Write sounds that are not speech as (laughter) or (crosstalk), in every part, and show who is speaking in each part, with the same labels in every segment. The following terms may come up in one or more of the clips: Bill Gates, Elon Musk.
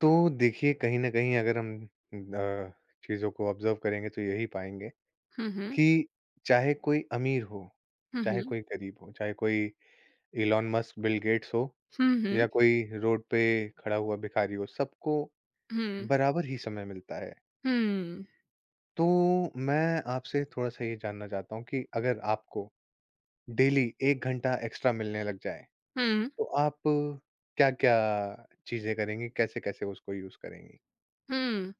Speaker 1: तो देखिए कहीं न कहीं अगर हम अ, चीज़ों को ऑब्ज़र्व करेंगे तो यही पाएँगे
Speaker 2: हुँ, हुँ।
Speaker 1: कि चाहे कोई अमीर हो,
Speaker 2: हुँ,
Speaker 1: चाहे
Speaker 2: हुँ।
Speaker 1: कोई गरीब हो, चाहे कोई इलॉन मस्क, बिल गेट्स हो
Speaker 2: हुँ, हुँ।
Speaker 1: या कोई रोड पे खड़ा हुआ भिखारी हो, सबको
Speaker 2: हुँ,
Speaker 1: बराबर ही समय मिलता है।
Speaker 2: हुँ,
Speaker 1: तो मैं आपसे थोड़ा-सा ये जानना चाहता हूँ कि अगर आपको डेली 1 घंटा एक्स्ट्रा मिलने लग जाए,
Speaker 2: हुँ,
Speaker 1: तो आप क्या-क्या चीज़ें करेंगी? कैसे-कैसे उसको यूज़ करेंगी?
Speaker 2: हुँ।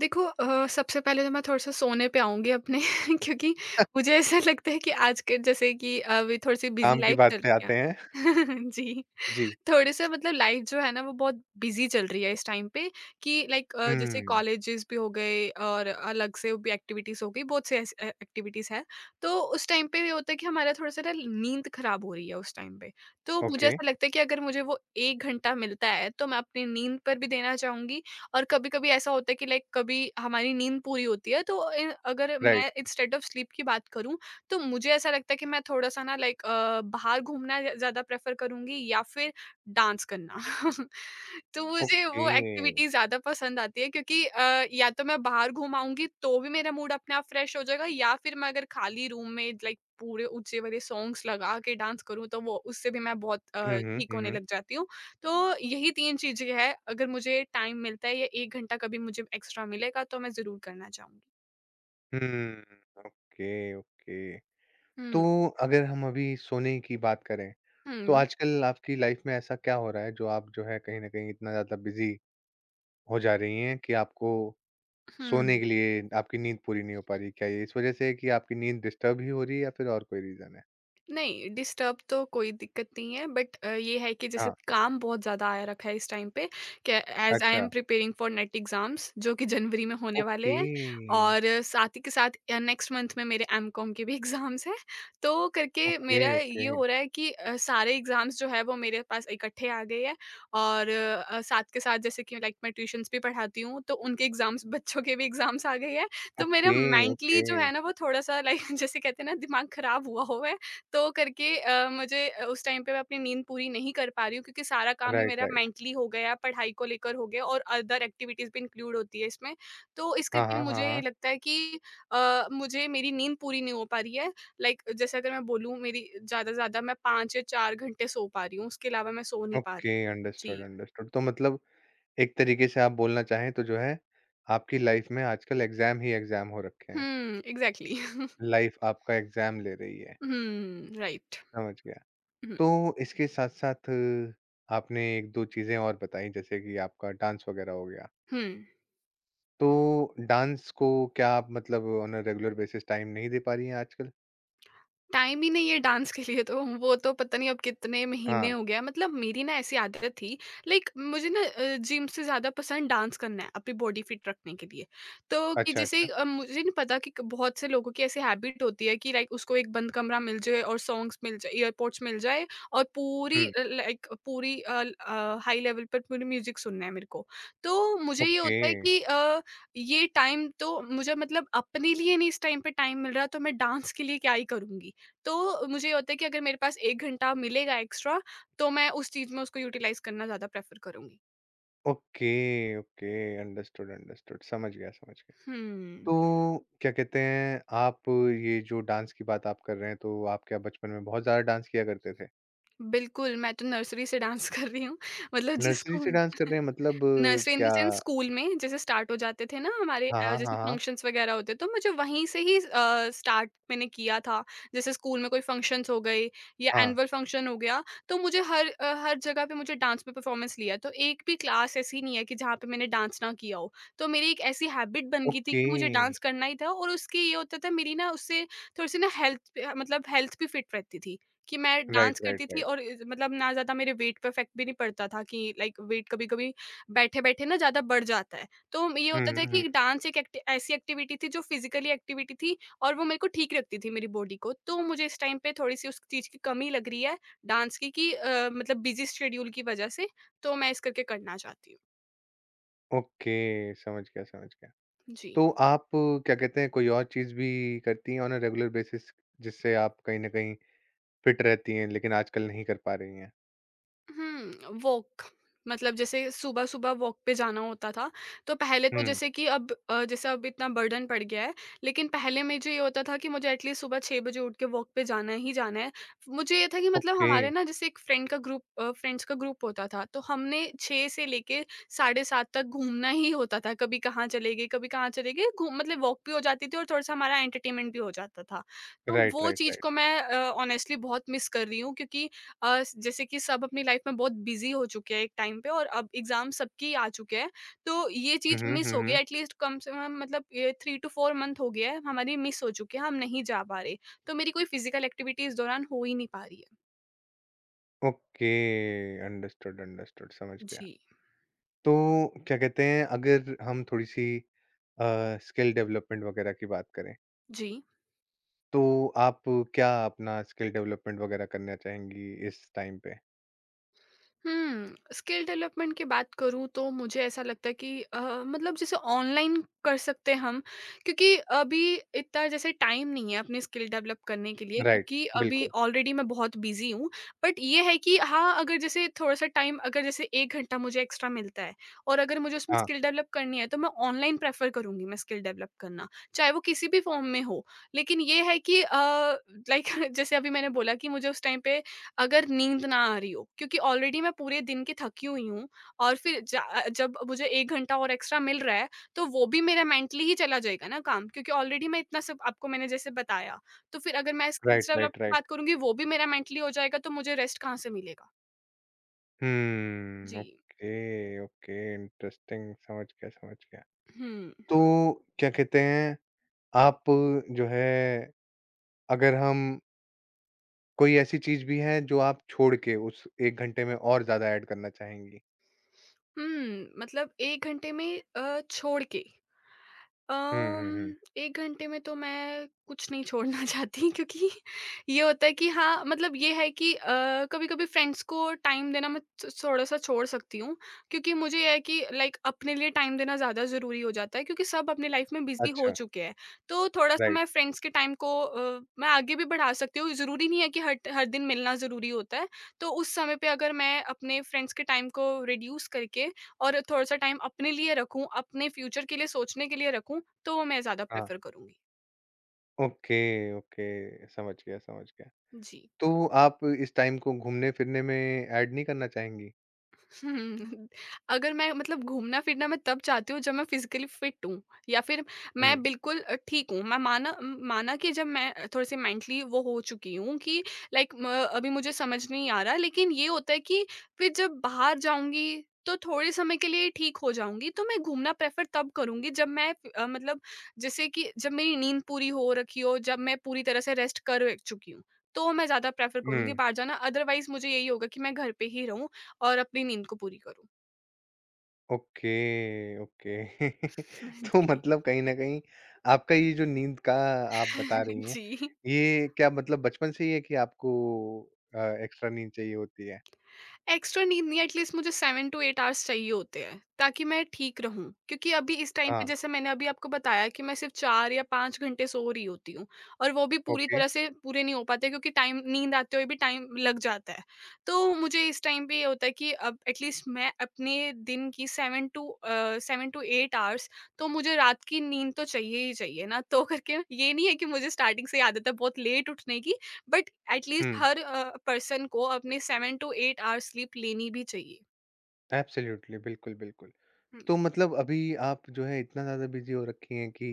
Speaker 2: देखो, सबसे पहले तो मैं थोड़ा-सा सोने पे आऊँगी अपने (laughs) क्योंकि मुझे ऐसा लगता है कि आज के जैसे कि अभी थोड़ी-सी बिज़ी
Speaker 1: काम की
Speaker 2: लाइफ़ चल
Speaker 1: बात पे
Speaker 2: रही है।
Speaker 1: आते हैं। (laughs)
Speaker 2: (laughs) जी।
Speaker 1: जी।
Speaker 2: थोड़े-से मतलब लाइफ जो है ना, वो बहुत बिज़ी चल रही है इस टाइम पे कि लाइक जैसे
Speaker 1: हुँ,
Speaker 2: कॉलेजेस भी हो गए और अलग से भी एक्टिविटीज़ हो गई, बहुत से ऐसी ए एक्टिविटीज़ हैं। तो उस टाइम पे ये होता है कि हमारा थोड़ा-सा ना नींद ख़राब हो रही है उस टाइम पे। तो मुझे
Speaker 1: ओके,
Speaker 2: ऐसा लगता है कि अगर मुझे वो 1 घंटा मिलता है तो मैं अपनी नींद पर भी देना चाहूँगी। और कभी-कभी ऐसा होता है कि लाइक कभी हमारी नींद पूरी होती है, तो ए अगर
Speaker 1: राइट,
Speaker 2: मैं इंस्टेड ऑफ स्लीप की बात करूँ तो मुझे ऐसा लगता है कि मैं थोड़ा-सा ना लाइक बाहर घूमना ज़्यादा प्रेफ़र करूँगी या फिर डांस करना। (laughs) तो मुझे
Speaker 1: ओके।
Speaker 2: वो एक्टिविटी ज़्यादा पसंद आती है क्योंकि या तो मैं बाहर घूम आऊँगी तो भी मेरा मूड अपने आप फ्रेश हो जाएगा, या फिर मैं अगर खाली रूम में लाइक पूरे ऊँचे वाले सॉन्ग्स लगा के डांस करूँ तो वो उससे भी मैं बहुत
Speaker 1: हुँ, हुँ,
Speaker 2: ठीक
Speaker 1: हुँ,
Speaker 2: होने
Speaker 1: हुँ।
Speaker 2: लग जाती हूँ। तो यही 3 चीज़ें हैं अगर मुझे टाइम मिलता है या 1 घंटा कभी मुझे एक्स्ट्रा मिलेगा तो मैं ज़रूर करना चाहूँगी।
Speaker 1: हुँ, ओके, ओके। तो
Speaker 2: हुँ,
Speaker 1: अगर हम अभी सोने की बात करें, तो
Speaker 2: हुँ,
Speaker 1: आजकल आपकी लाइफ़ में ऐसा क्या हो रहा है जो आप जो है कहीं न कहीं इतना ज़्यादा बिज़ी हो जा रही हैं कि आपको सोने
Speaker 2: हुँ।
Speaker 1: के लिए आपकी नींद पूरी नहीं हो पा रही? क्या ये इस वजह से है कि आपकी नींद डिस्टर्ब ही हो रही है या फिर और कोई रीज़न है?
Speaker 2: नहीं, डिस्टर्ब तो कोई दिक्कत नहीं है, बट ये है कि जैसे
Speaker 1: हाँ,
Speaker 2: काम बहुत ज़्यादा आया रखा है इस टाइम पे, कि एज़ आई
Speaker 1: अच्छा,
Speaker 2: am preparing for NET exams, जो कि जनवरी में होने वाले
Speaker 1: ओके।
Speaker 2: हैं। और साथ ही के साथ नेक्स्ट मंथ में मेरे एमकॉम के भी (laughs) एग्ज़ाम्स हैं। तो करके
Speaker 1: ओके,
Speaker 2: मेरा
Speaker 1: ओके,
Speaker 2: ये हो रहा है कि सारे एग्ज़ाम्स जो है वो मेरे पास इकट्ठे आ गए हैं। और साथ के साथ जैसे कि लाइक मैं ट्यूशन्स भी पढ़ाती हूँ, तो उनके एग्ज़ाम्स, बच्चों के भी एग्ज़ाम्स आ गए हैं। तो मेरा
Speaker 1: ओके, ओके।
Speaker 2: मेंटली जो है ना वो थोड़ा-सा लाइक (laughs) जैसे कहते हैं ना, दिमाग खराब हुआ हुआ है। तो करके मुझे उस टाइम पे मैं अपनी नींद पूरी नहीं कर पा रही हूँ क्योंकि सारा काम ही
Speaker 1: राइट,
Speaker 2: मेरा
Speaker 1: राइट।
Speaker 2: मेंटली हो गया, पढ़ाई को लेकर हो गया, और अदर एक्टिविटीज़ भी इंक्लूड होती है इसमें। तो इस
Speaker 1: हाँ,
Speaker 2: करके
Speaker 1: हाँ, हाँ,
Speaker 2: मुझे
Speaker 1: हाँ।
Speaker 2: लगता है कि मुझे मेरी नींद पूरी नहीं हो पा रही है। लाइक जैसे अगर मैं बोलूँ, मेरी ज़्यादा से ज़्यादा मैं 5 या 4 घंटे सो पा रही हूँ, उसके अलावा मैं सो नहीं पा
Speaker 1: ओके,
Speaker 2: रही हूँ।
Speaker 1: अंडरस्टूड,
Speaker 2: जी।
Speaker 1: अंडरस्टूड। तो मतलब एक तरीके से आप बोलना चाहें तो जो है आपकी लाइफ में आजकल एग्जाम ही एग्जाम हो रखे हैं।
Speaker 2: हुँ, एग्ज़ैक्टली। हुँ।
Speaker 1: लाइफ आपका एग्जाम ले रही है।
Speaker 2: (laughs) राइट।
Speaker 1: समझ गया।
Speaker 2: हुँ,
Speaker 1: तो इसके साथ साथ आपने एक दो चीजें और बताई जैसे कि आपका डांस वगैरह हो गया।
Speaker 2: हुँ। (laughs)
Speaker 1: तो डांस को क्या आप मतलब on a regular basis time नहीं दे पा रही हैं आजकल?
Speaker 2: टाइम ही नहीं है डांस के लिए, तो वो तो पता नहीं अब कितने महीने
Speaker 1: हाँ।
Speaker 2: हो गया, मतलब मेरी ना ऐसी आदत थी। लाइक मुझे ना, जिम से ज़्यादा पसंद डांस करना है अपनी बॉडी फिट रखने के लिए। तो कि
Speaker 1: अच्छा,
Speaker 2: जैसे
Speaker 1: अच्छा।
Speaker 2: मुझे नहीं पता कि बहुत से लोगों की ऐसी हैबिट होती है कि लाइक उसको एक बंद कमरा मिल जाए और सॉन्ग्स मिल जाए, ईयरपोर्ट्स मिल जाए, और पूरी
Speaker 1: हम्म।
Speaker 2: लाइक पूरी हाई लेवल पर पूरी म्यूजिक सुनना है मेरे को। तो मुझे ये
Speaker 1: ओके,
Speaker 2: होता है कि ये टाइम तो मुझे मतलब अपने लिए नहीं इस टाइम पे टाइम मिल रहा, तो मैं डांस के लिए क्या ही करूंगी। तो मुझे ये होता है कि अगर मेरे पास 1 घंटा मिलेगा एक्स्ट्रा, तो मैं उस चीज़ में उसको यूटिलाइज़ करना ज़्यादा प्रेफ़र करूँगी।
Speaker 1: ओके, ओके, अंडरस्टूड, अंडरस्टूड, समझ गया, समझ गया।
Speaker 2: हुँ,
Speaker 1: तो क्या कहते हैं आप, ये जो डांस की बात आप कर रहे हैं, तो आप क्या बचपन में बहुत ज्यादा डांस किया करते थे?
Speaker 2: बिल्कुल। मैं तो नर्सरी से डांस (laughs) कर रही हूँ, (laughs) मतलब
Speaker 1: नर्सरी
Speaker 2: जिसको
Speaker 1: से डांस कर
Speaker 2: (laughs)
Speaker 1: रहे हैं मतलब
Speaker 2: नर्सरी इन द
Speaker 1: क्या?
Speaker 2: सेंस, स्कूल में जैसे स्टार्ट हो जाते थे ना हमारे
Speaker 1: हाँ, हाँ,
Speaker 2: जैसे
Speaker 1: हाँ, हाँ।
Speaker 2: फंक्शंस वगैरह होते, तो मुझे वहीं से ही स्टार्ट मैंने किया था। जैसे स्कूल में कोई फंक्शंस हो गए या
Speaker 1: हाँ,
Speaker 2: एनुअल फंक्शन हो गया, तो मुझे हर जगह पे मुझे डांस में परफॉर्मेंस लिया। तो एक भी क्लास ऐसी नहीं है कि जहाँ पे मैंने डांस ना किया हो। तो मेरी एक ऐसी हैबिट बन गई थी
Speaker 1: ओके।
Speaker 2: कि मुझे डांस करना ही था, और उसके ये होता था मेरी ना उससे थोड़ी सी ना हेल्थ मतलब हेल्थ भी फिट रहती थी, कि मैं
Speaker 1: राइट,
Speaker 2: डांस
Speaker 1: राइट,
Speaker 2: करती थी
Speaker 1: राइट।
Speaker 2: और मतलब ना ज्यादा मेरे वेट पे इफेक्ट भी नहीं पड़ता था, कि लाइक वेट कभी कभी बैठे-बैठे ना ज़्यादा बढ़ जाता है। तो ये
Speaker 1: हुँ,
Speaker 2: होता था
Speaker 1: हुँ, हुँ।
Speaker 2: कि डांस एक एक्टि ऐसी एक्टिविटी थी, जो फिज़िकली एक्टिविटी थी, और वो मेरे को ठीक रखती थी मेरी बॉडी को। तो मुझे इस टाइम पे थोड़ी-सी उस चीज़ की कमी लग रही है डांस की, कि मतलब बिज़ी शेड्यूल की वज़ह से, तो मैं इस करके करना चाहती हूँ।
Speaker 1: ओके, समझ गया, समझ गया।
Speaker 2: जी।
Speaker 1: तो आप क्या कहते हैं कोई और चीज़ भी करती हैं ऑन अ रेगुलर बेसिस जिससे आप कहीं न कहीं फिट रहती हैं लेकिन आजकल नहीं कर पा रही हैं?
Speaker 2: हुँ, वॉक। मतलब जैसे सुबह-सुबह वॉक पे जाना होता था, तो पहले तो
Speaker 1: हुँ,
Speaker 2: जैसे कि अब जैसे अब इतना बर्डन पड़ गया है, लेकिन पहले मुझे ये होता था कि मुझे एटलीस्ट सुबह 6 बजे उठ के वॉक पे जाना ही जाना है। मुझे ये था कि मतलब
Speaker 1: ओके।
Speaker 2: हमारे ना जैसे एक फ्रेंड का ग्रुप फ्रेंड्स का ग्रुप होता था, तो हमने 6 से लेके साढ़े 7 तक घूमना ही होता था, कभी कहाँ चले गए, कभी कहाँ चले गए, घूम मतलब वॉक भी हो जाती थी और थोड़ा-सा हमारा एंटरटेनमेंट भी हो जाता था। तो
Speaker 1: राइट,
Speaker 2: वो
Speaker 1: राइट,
Speaker 2: चीज़
Speaker 1: राइट।
Speaker 2: को मैं ऑनेस्टली बहुत मिस कर रही हूँ, क्योंकि जैसे कि सब अपनी लाइफ में बहुत बिजी हो चुके हैं एक टाइम पे, और अब एग्जाम सबकी आ चुके हैं। तो ये
Speaker 1: हुँ,
Speaker 2: चीज
Speaker 1: हुँ,
Speaker 2: मिस
Speaker 1: हुँ,
Speaker 2: हो
Speaker 1: हुँ।
Speaker 2: गया, एटलीस्ट कम से कम मतलब ये 3 टू 4 मंथ हो गया है, हमारी मिस हो चुकी है, हम नहीं जा पा रहे। तो मेरी कोई फिजिकल एक्टिविटी इस दौरान हो ही नहीं पा रही है।
Speaker 1: ओके, अंडरस्टूड, अंडरस्टूड, समझ गया।
Speaker 2: जी।
Speaker 1: तो क्या कहते हैं अगर हम थोड़ी-सी स्किल डेवलपमेंट वगैरह की बात करें,
Speaker 2: जी।
Speaker 1: तो आप क्या अपना स्किल डेवलपमेंट वगैरह करना चाहेंगी इस टाइम पे?
Speaker 2: हुँ, स्किल डेवलपमेंट की बात करूँ तो मुझे ऐसा लगता है कि मतलब जैसे ऑनलाइन कर सकते हैं हम, क्योंकि अभी इतना जैसे टाइम नहीं है अपनी स्किल डेवलप करने के लिए,
Speaker 1: राइट,
Speaker 2: क्योंकि अभी
Speaker 1: बिल्कुल।
Speaker 2: ऑलरेडी मैं बहुत बिज़ी हूँ। बट ये है कि हाँ, अगर जैसे थोड़ा-सा टाइम, अगर जैसे 1 घंटा मुझे एक्स्ट्रा मिलता है और अगर मुझे उसमें
Speaker 1: हाँ,
Speaker 2: स्किल डेवलप करनी है, तो मैं ऑनलाइन प्रेफ़र करूँगी मैं स्किल डेवलप करना, चाहे वो किसी भी फ़ॉर्म में हो। लेकिन ये है कि लाइक (laughs) जैसे अभी मैंने बोला कि मुझे उस टाइम पे अगर नींद ना आ रही हो, क्योंकि ऑलरेडी मैं पूरे दिन की थकी हुई हूँ, और फिर जब मुझे 1 घंटा और एक्स्ट्रा मिल रहा है, तो वो भी मेरा मेंटली ही चला जाएगा ना काम, क्योंकि ऑलरेडी मैं इतना सब आपको मैंने जैसे बताया। तो फिर अगर मैं
Speaker 1: राइट,
Speaker 2: स्किल्स डेवलप
Speaker 1: राइट,
Speaker 2: की
Speaker 1: राइट।
Speaker 2: बात करूँगी, वो भी मेरा मेंटली हो जाएगा, तो मुझे रेस्ट कहाँ से मिलेगा? जी।
Speaker 1: ओके, ओके, इंटरेस्टिंग, समझ गया, समझ गया।
Speaker 2: हुँ।
Speaker 1: तो क्या कहते हैं आप जो है, अगर हम कोई ऐसी चीज़ भी है जो आप छोड़ के उस 1 घंटे में और ज़्यादा ऐड करना चाहेंगी?
Speaker 2: हुँ, मतलब 1 घंटे में छोड़ के।
Speaker 1: हुँ, हुँ, हुँ।
Speaker 2: 1 घंटे में तो मैं कुछ नहीं छोड़ना चाहती (laughs) क्योंकि ये होता है कि हाँ, मतलब ये है कि कभी-कभी फ्रेंड्स को टाइम देना मैं थ थोड़ा-सा छोड़ सकती हूँ, क्योंकि मुझे ये है कि लाइक अपने लिए टाइम देना ज़्यादा ज़रूरी हो जाता है, क्योंकि सब अपनी लाइफ़ में बिज़ी हो
Speaker 1: अच्छा,
Speaker 2: चुके हैं। तो थोड़ा-सा
Speaker 1: राइट,
Speaker 2: मैं फ्रेंड्स के टाइम को मैं आगे भी बढ़ा सकती हूँ, ज़रूरी नहीं है कि हर हर दिन मिलना ज़रूरी होता है। तो उस समय पे अगर मैं अपने फ्रेंड्स के टाइम को रिड्यूस करके और थोड़ा-सा टाइम अपने लिए रखूँ, अपने फ्यूचर के लिए सोचने के लिए रखूँ, तो मैं ज़्यादा
Speaker 1: हाँ।
Speaker 2: प्रेफ़र करूँगी।
Speaker 1: ओके, ओके, समझ गया, समझ गया।
Speaker 2: जी।
Speaker 1: तो आप इस टाइम को घूमने-फिरने में ऐड नहीं करना चाहेंगी?
Speaker 2: हुँ, अगर मैं मतलब घूमना-फिरना मैं तब चाहती हूँ जब मैं फिज़िकली फ़िट हूँ, या फिर
Speaker 1: हुँ,
Speaker 2: मैं बिल्कुल ठीक हूँ। मैं माना माना कि जब मैं थोड़ी-सी मेंटली वो हो चुकी हूँ कि लाइक म अभी मुझे समझ नहीं आ रहा, लेकिन ये होता है कि फिर जब बाहर जाऊँगी तो थोड़े समय के लिए ठीक हो जाऊँगी। तो मैं घूमना प्रेफ़र तब करूँगी जब मैं मतलब जैसे कि जब मेरी नींद पूरी हो रखी हो, जब मैं पूरी तरह से रेस्ट कर चुकी हूँ। तो मैं ज़्यादा प्रेफ़र करूँगी
Speaker 1: हुँ,
Speaker 2: बाहर जाना, अदरवाइज़ मुझे यही होगा कि मैं घर पे ही रहूँ और अपनी नींद को पूरी करूँ।
Speaker 1: Okay, okay. (laughs)
Speaker 2: (laughs)
Speaker 1: तो
Speaker 2: जी।
Speaker 1: मतलब कहीं न कहीं आपका ये जो नींद का आप बता रही
Speaker 2: (laughs)
Speaker 1: हैं,
Speaker 2: जी।
Speaker 1: ये क्या मतलब बचपन से ही है कि आपको अ, एक्स्ट्रा नींद चाहिए होती है?
Speaker 2: एक्स्ट्रा नींद नहीं, एटलीस्ट मुझे 7 टू 8 आवर्स चाहिए होते हैं, ताकि मैं ठीक रहूँ। क्योंकि अभी इस टाइम पे
Speaker 1: हाँ,
Speaker 2: जैसे मैंने अभी आपको बताया कि मैं सिर्फ़ 4 या 5 घंटे सो रही होती हूँ, और वो भी पूरी
Speaker 1: ओके,
Speaker 2: तरह से पूरे नहीं हो पाते, क्योंकि टाइम, नींद आते हुए भी टाइम लग जाता है। तो मुझे इस टाइम पे ये होता है कि अब एटलीस्ट मैं अपने दिन की 7 टू 7 टू 8 आवर्स, तो मुझे रात की नींद तो चाहिए ही चाहिए ना। तो करके ये नहीं है कि मुझे स्टार्टिंग से ही आदत है बहुत लेट उठने की, बट एटलीस्ट
Speaker 1: हुँ,
Speaker 2: हर पर्सन को अपने 7 टू 8 आवर्स स्लीप लेनी भी चाहिए।
Speaker 1: एब्सोल्यूटली, बिल्कुल, बिल्कुल।
Speaker 2: हुँ।
Speaker 1: तो मतलब अभी आप जो है इतना ज़्यादा बिज़ी हो रखी हैं कि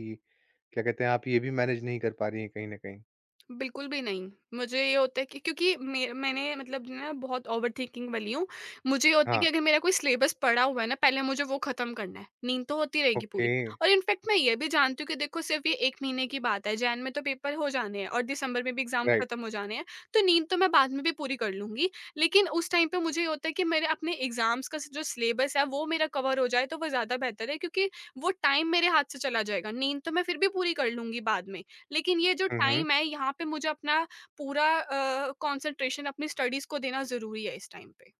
Speaker 1: क्या कहते हैं, आप ये भी मैनेज नहीं कर पा रही हैं कहीं न कहीं?
Speaker 2: बिल्कुल भी नहीं। मुझे ये होता है कि क्योंकि मे मैंने मतलब ना बहुत ओवरथिंकिंग वाली हूँ। मुझे ये होता है
Speaker 1: हाँ,
Speaker 2: कि अगर मेरा कोई सिलेबस पड़ा हुआ है ना, पहले मुझे वो ख़त्म करना है। नींद तो होती रहेगी
Speaker 1: ओके।
Speaker 2: पूरी। और इनफैक्ट मैं ये भी जानती हूँ कि देखो सिर्फ़ ये 1 महीने की बात है। जैन में तो पेपर हो जाने हैं और दिसंबर में भी एग्ज़ाम
Speaker 1: राइट।
Speaker 2: ख़त्म हो जाने हैं। तो नींद तो मैं बाद में भी पूरी कर लूँगी। लेकिन उस टाइम पे मुझे ये होता है कि मेरे अपने एग्ज़ाम्स का जो सिलेबस है, वो मेरा कवर हो जाए तो वो ज़्यादा बेहतर है, क्योंकि वो टाइम मेरे हाथ से चला जाएगा। नींद तो मैं फिर भी पूरी कर लूँगी बाद में। लेकिन ये जो
Speaker 1: हुँ, हुँ।
Speaker 2: टाइम है यहाँ पे मुझे अपना पूरा कंसंट्रेशन अपनी स्टडीज़ को देना ज़रूरी है इस टाइम पे।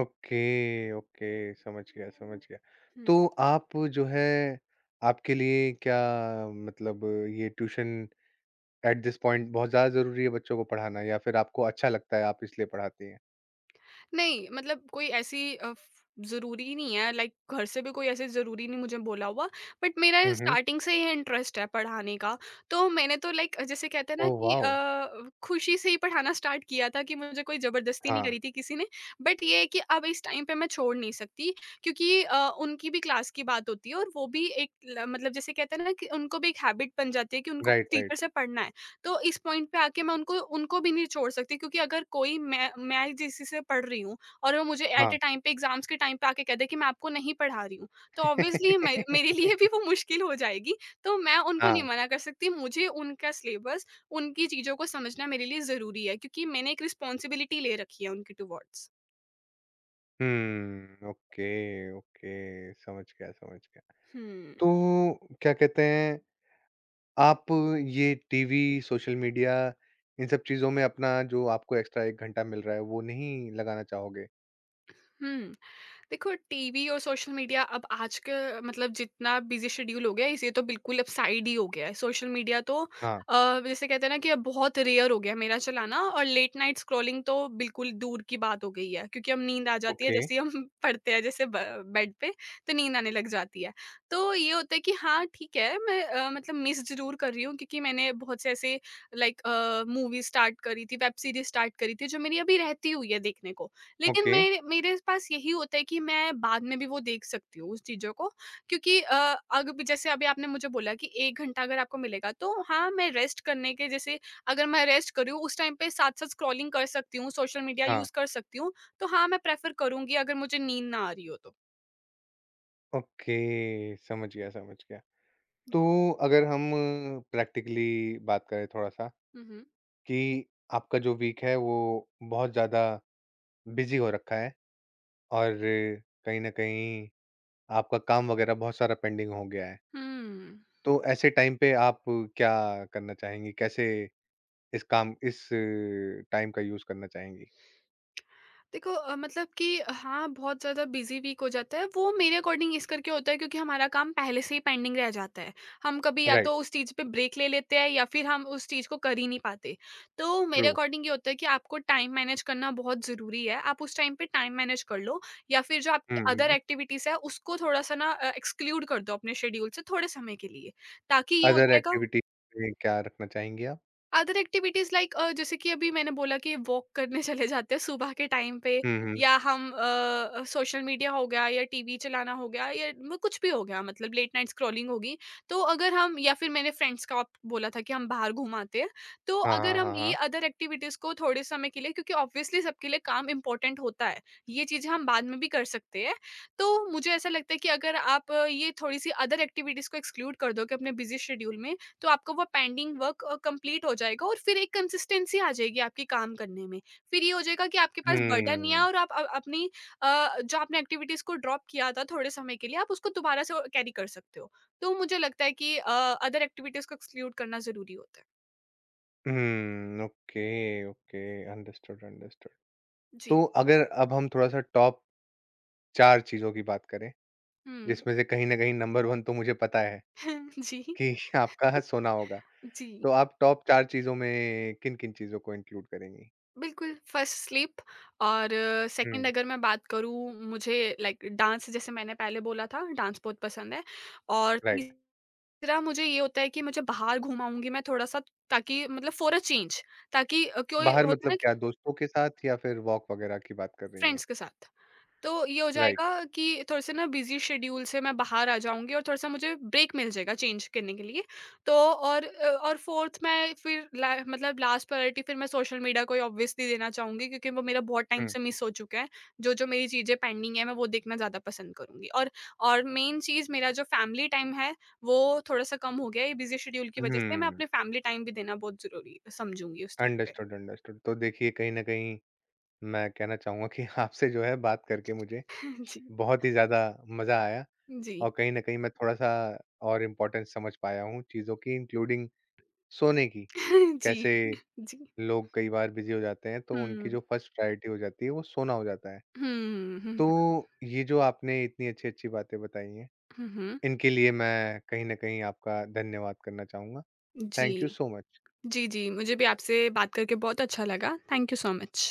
Speaker 1: ओके, ओके, समझ गया, समझ गया।
Speaker 2: हुँ।
Speaker 1: तो आप जो है आपके लिए क्या मतलब ये ट्यूशन एट दिस पॉइंट बहुत ज़्यादा ज़रूरी है बच्चों को पढ़ाना या फिर आपको अच्छा लगता है, आप इसलिए पढ़ाती हैं?
Speaker 2: नहीं, मतलब कोई ऐसी अ, फ ज़रूरी नहीं है, लाइक घर से भी कोई ऐसे ज़रूरी नहीं मुझे बोला हुआ, बट मेरा
Speaker 1: हुँ, हुँ।
Speaker 2: स्टार्टिंग से ही इंटरेस्ट है पढ़ाने का। तो मैंने तो लाइक जैसे कहते हैं ना
Speaker 1: ओह
Speaker 2: कि
Speaker 1: वाओ!
Speaker 2: खुशी से ही पढ़ाना स्टार्ट किया था कि मुझे कोई ज़बरदस्ती नहीं
Speaker 1: हाँ,
Speaker 2: करी थी किसी ने। बट ये है कि अब इस टाइम पे मैं छोड़ नहीं सकती, क्योंकि उनकी भी क्लास की बात होती है और वो भी एक ल मतलब जैसे कहते हैं ना कि उनको भी एक हैबिट बन जाती है कि उनको
Speaker 1: राइट,
Speaker 2: टीचर
Speaker 1: राइट।
Speaker 2: से पढ़ना है। तो इस पॉइंट पे आके मैं उनको उनको भी नहीं छोड़ सकती, क्योंकि अगर कोई मैं जिस से पढ़ रही हूँ और वो मुझे एट अ
Speaker 1: हाँ।
Speaker 2: टाइम पे एग्जाम्स के टाइम पे आके कह दे कि मैं आपको नहीं पढ़ा रही हूँ, तो ऑब्वियसली मेरे लिए भी
Speaker 1: (laughs)
Speaker 2: वो मुश्किल हो जाएगी। तो मैं उनको नहीं
Speaker 1: हाँ।
Speaker 2: मना कर सकती, मुझे उनका सिलेबस, उनकी चीज़ों को समझना मेरे लिए ज़रूरी है, क्योंकि मैंने एक रिस्पॉन्सिबिलिटी ले रखी है उनकी टूवर्ड्स।
Speaker 1: ओके, ओके, समझ गया, समझ गया।
Speaker 2: हम्म।
Speaker 1: तो क्या कहते हैं आप, ये टीवी, सोशल मीडिया, इन सब चीज़ों में अपना जो आपको एक्स्ट्रा 1 घंटा मिल रहा है, वो नहीं लगाना चाहोगे?
Speaker 2: हम्म। देखो टीवी और सोशल मीडिया अब आज के मतलब जितना बिजी शेड्यूल हो गया है, इसे तो बिल्कुल अब साइड ही हो गया है सोशल मीडिया तो।
Speaker 1: हाँ,
Speaker 2: जैसे कहते हैं ना कि अब बहुत रेयर हो गया है मेरा चलाना और लेट नाइट स्क्रॉलिंग तो बिल्कुल दूर की बात हो गई है, क्योंकि हम नींद आ जाती है
Speaker 1: ओके,
Speaker 2: जैसे ही हम (laughs) पढ़ते हैं जैसे बेड पे। तो नींद आने लग जाती है। तो ये होता है कि हाँ ठीक है, मैं मतलब मिस जरूर कर रही हूँ, क्योंकि मैंने बहुत से ऐसे लाइक मूवी स्टार्ट करी थी, वेब सीरीज स्टार्ट करी थी जो मेरी अभी रहती हुई है देखने को। लेकिन
Speaker 1: ओके,
Speaker 2: मेरे मेरे पास यही होता है कि मैं बाद में भी वो देख सकती हूँ उस चीज़ों को। क्योंकि अ, अग जैसे अभी आपने मुझे बोला कि 1 घंटा अगर आपको मिलेगा तो हाँ, मैं रेस्ट करने के जैसे अगर मैं रेस्ट कर रही हूँ उस टाइम पे साथ-साथ स्क्रॉलिंग कर सकती हूँ, सोशल मीडिया
Speaker 1: हाँ,
Speaker 2: यूज़ कर सकती हूँ, तो हाँ, मैं प्रेफ़र करूँगी अगर मुझे नींद ना आ रही हो तो।
Speaker 1: ओके, समझ गया, समझ गया। तो अगर हम प्रैक्टिकली बात करें थोड़ा-सा
Speaker 2: हुँ, हुँ।
Speaker 1: कि आपका जो वीक है, वो बहुत ज़्यादा बिज़ी हो रखा है और कहीं न कहीं आपका काम वगैरह बहुत सारा पेंडिंग हो गया है।
Speaker 2: हुँ।
Speaker 1: तो ऐसे टाइम पे आप क्या करना चाहेंगी? कैसे इस काम इस टाइम का यूज़ करना चाहेंगी?
Speaker 2: देखो मतलब कि हाँ, बहुत ज़्यादा बिज़ी वीक हो जाता है, वो मेरे अकॉर्डिंग इस करके होता है, क्योंकि हमारा काम पहले से ही पेंडिंग रह जाता है। हम कभी या
Speaker 1: राइट,
Speaker 2: तो उस चीज़ पे ब्रेक ले लेते हैं या फिर हम उस चीज़ को कर ही नहीं पाते। तो
Speaker 1: ट्रू।
Speaker 2: मेरे अकॉर्डिंग ये होता है कि आपको टाइम मैनेज करना बहुत ज़रूरी है, आप उस टाइम पे टाइम मैनेज कर लो या फिर जो आपकी
Speaker 1: हुँ,
Speaker 2: अदर
Speaker 1: हुँ।
Speaker 2: एक्टिविटीज़ है उसको थोड़ा-सा ना एक्सक्लूड कर दो अपने शेड्यूल से थोड़े समय के लिए, ताकि ये हो
Speaker 1: अदर
Speaker 2: जाएगा।
Speaker 1: एक्टिविटी में क्या रखना चाहेंगी आप?
Speaker 2: अदर एक्टिविटीज़ लाइक जैसे कि अभी मैंने बोला कि वॉक करने (laughs) चले जाते हैं सुबह के टाइम पे
Speaker 1: हुँ, हुँ।
Speaker 2: या हम सोशल मीडिया हो गया या टीवी चलाना हो गया या म कुछ भी हो गया मतलब लेट नाइट स्क्रॉलिंग होगी। तो अगर हम या फिर मैंने फ्रेंड्स का आप बोला था कि हम बाहर घूम आते हैं। तो
Speaker 1: हाँ,
Speaker 2: अगर
Speaker 1: हाँ,
Speaker 2: हम
Speaker 1: हाँ,
Speaker 2: ये
Speaker 1: हाँ।
Speaker 2: अदर एक्टिविटीज़ को थोड़े समय के लिए, क्योंकि ऑब्वियसली सबके लिए काम इम्पोर्टेंट होता है। ये चीज़ें हम बाद में भी कर सकते हैं। तो मुझे ऐसा लगता है कि अगर आप ये थोड़ी-सी अदर एक्टिविटीज़ को एक्सक्लूड कर दो कि अपने बिज़ी शेड्यूल में, तो आपका वो पेंडिंग वर्क कंप्लीट हो जाएगा और फिर एक कंसिस्टेंसी आ जाएगी आपके काम करने में। फिर ये हो जाएगा कि आपके पास बर्डन नहीं है
Speaker 1: हुँ।
Speaker 2: और आप अपनी जो आपने एक्टिविटीज़ को ड्रॉप किया था थोड़े समय के लिए, आप उसको दोबारा से और कैरी कर सकते हो। तो मुझे लगता है कि अदर एक्टिविटीज़ को एक्सक्लूड करना ज़रूरी होता है।
Speaker 1: हुँ, ओके, ओके, अंडरस्टूड, अंडरस्टूड।
Speaker 2: जी।
Speaker 1: तो अगर अब हम थोड़ा-सा टॉप 4 चीज़ों की बात करें,
Speaker 2: हुँ।
Speaker 1: जिसमें से कहीं न कहीं नंबर 1 तो मुझे पता है
Speaker 2: (laughs) जी।
Speaker 1: कि (laughs) आपका सोना होगा।
Speaker 2: जी।
Speaker 1: तो आप टॉप 4 चीज़ों में किन-किन चीज़ों को इंक्लूड करेंगी?
Speaker 2: बिल्कुल, फर्स्ट स्लीप। और सेकंड
Speaker 1: हुँ,
Speaker 2: अगर मैं बात करूँ, मुझे लाइक डांस, जैसे मैंने पहले बोला था, डांस बहुत पसंद है। और तीस
Speaker 1: राइट।
Speaker 2: दूसरा मुझे ये होता है कि मुझे बाहर घुमाऊँगी मैं थोड़ा-सा ताकि मतलब फ़ॉर अ चेंज, ताकि कोई
Speaker 1: बाहर
Speaker 2: होता
Speaker 1: मतलब
Speaker 2: है ना
Speaker 1: क्या
Speaker 2: कि
Speaker 1: दोस्तों के साथ या फिर वॉक वगैरह की बात कर रही हैं?
Speaker 2: फ्रेंड्स के साथ। तो ये हो जाएगा
Speaker 1: राइट।
Speaker 2: कि थोड़े-से ना बिज़ी शेड्यूल से मैं बाहर आ जाऊँगी और थोड़ा-सा मुझे ब्रेक मिल जाएगा चेंज करने के लिए। तो और और 4th मैं फिर ला मतलब लास्ट प्रायोरिटी फिर मैं सोशल मीडिया को ही ऑब्वियसली देना चाहूँगी, क्योंकि वो मेरा बहुत टाइम
Speaker 1: हुँ,
Speaker 2: से मिस हो चुका है। जो-जो मेरी चीज़ें पेंडिंग है, मैं वो देखना ज़्यादा पसंद करूँगी। और मेन चीज़ मेरा जो फैमिली टाइम है, वो थोड़ा-सा कम हो गया है, ये बिज़ी शेड्यूल की वज़ह से। मैं
Speaker 1: हुँ।
Speaker 2: अपने फैमिली टाइम भी देना बहुत ज़रूरी समझूँगी उस टाइम पे।
Speaker 1: Understood, understood. तो देखिए कहीं न कहीं मैं कहना चाहूँगा कि (laughs) आपसे जो है बात करके मुझे
Speaker 2: (laughs) जी,
Speaker 1: बहुत ही ज़्यादा मज़ा आया
Speaker 2: जी,
Speaker 1: और कहीं न कहीं मैं थोड़ा-सा और इम्पोर्टेंस समझ पाया हूँ चीज़ों की, इंक्लूडिंग सोने की।
Speaker 2: (laughs) जी,
Speaker 1: कैसे
Speaker 2: जी।
Speaker 1: लोग कई बार बिज़ी हो जाते हैं तो उनकी
Speaker 2: हुँ।
Speaker 1: जो फर्स्ट प्रायोरिटी हो जाती है वो सोना हो जाता है।
Speaker 2: हुँ, हुँ,
Speaker 1: तो ये जो आपने इतनी अच्छी-अच्छी बातें बताई हैं,
Speaker 2: हुँ, हुँ।
Speaker 1: इनके लिए मैं कहीं न कहीं आपका धन्यवाद करना चाहूँगा।
Speaker 2: जी।
Speaker 1: Thank you so much.
Speaker 2: जी, जी, मुझे भी आपसे बात करके बहुत अच्छा लगा। Thank you so much.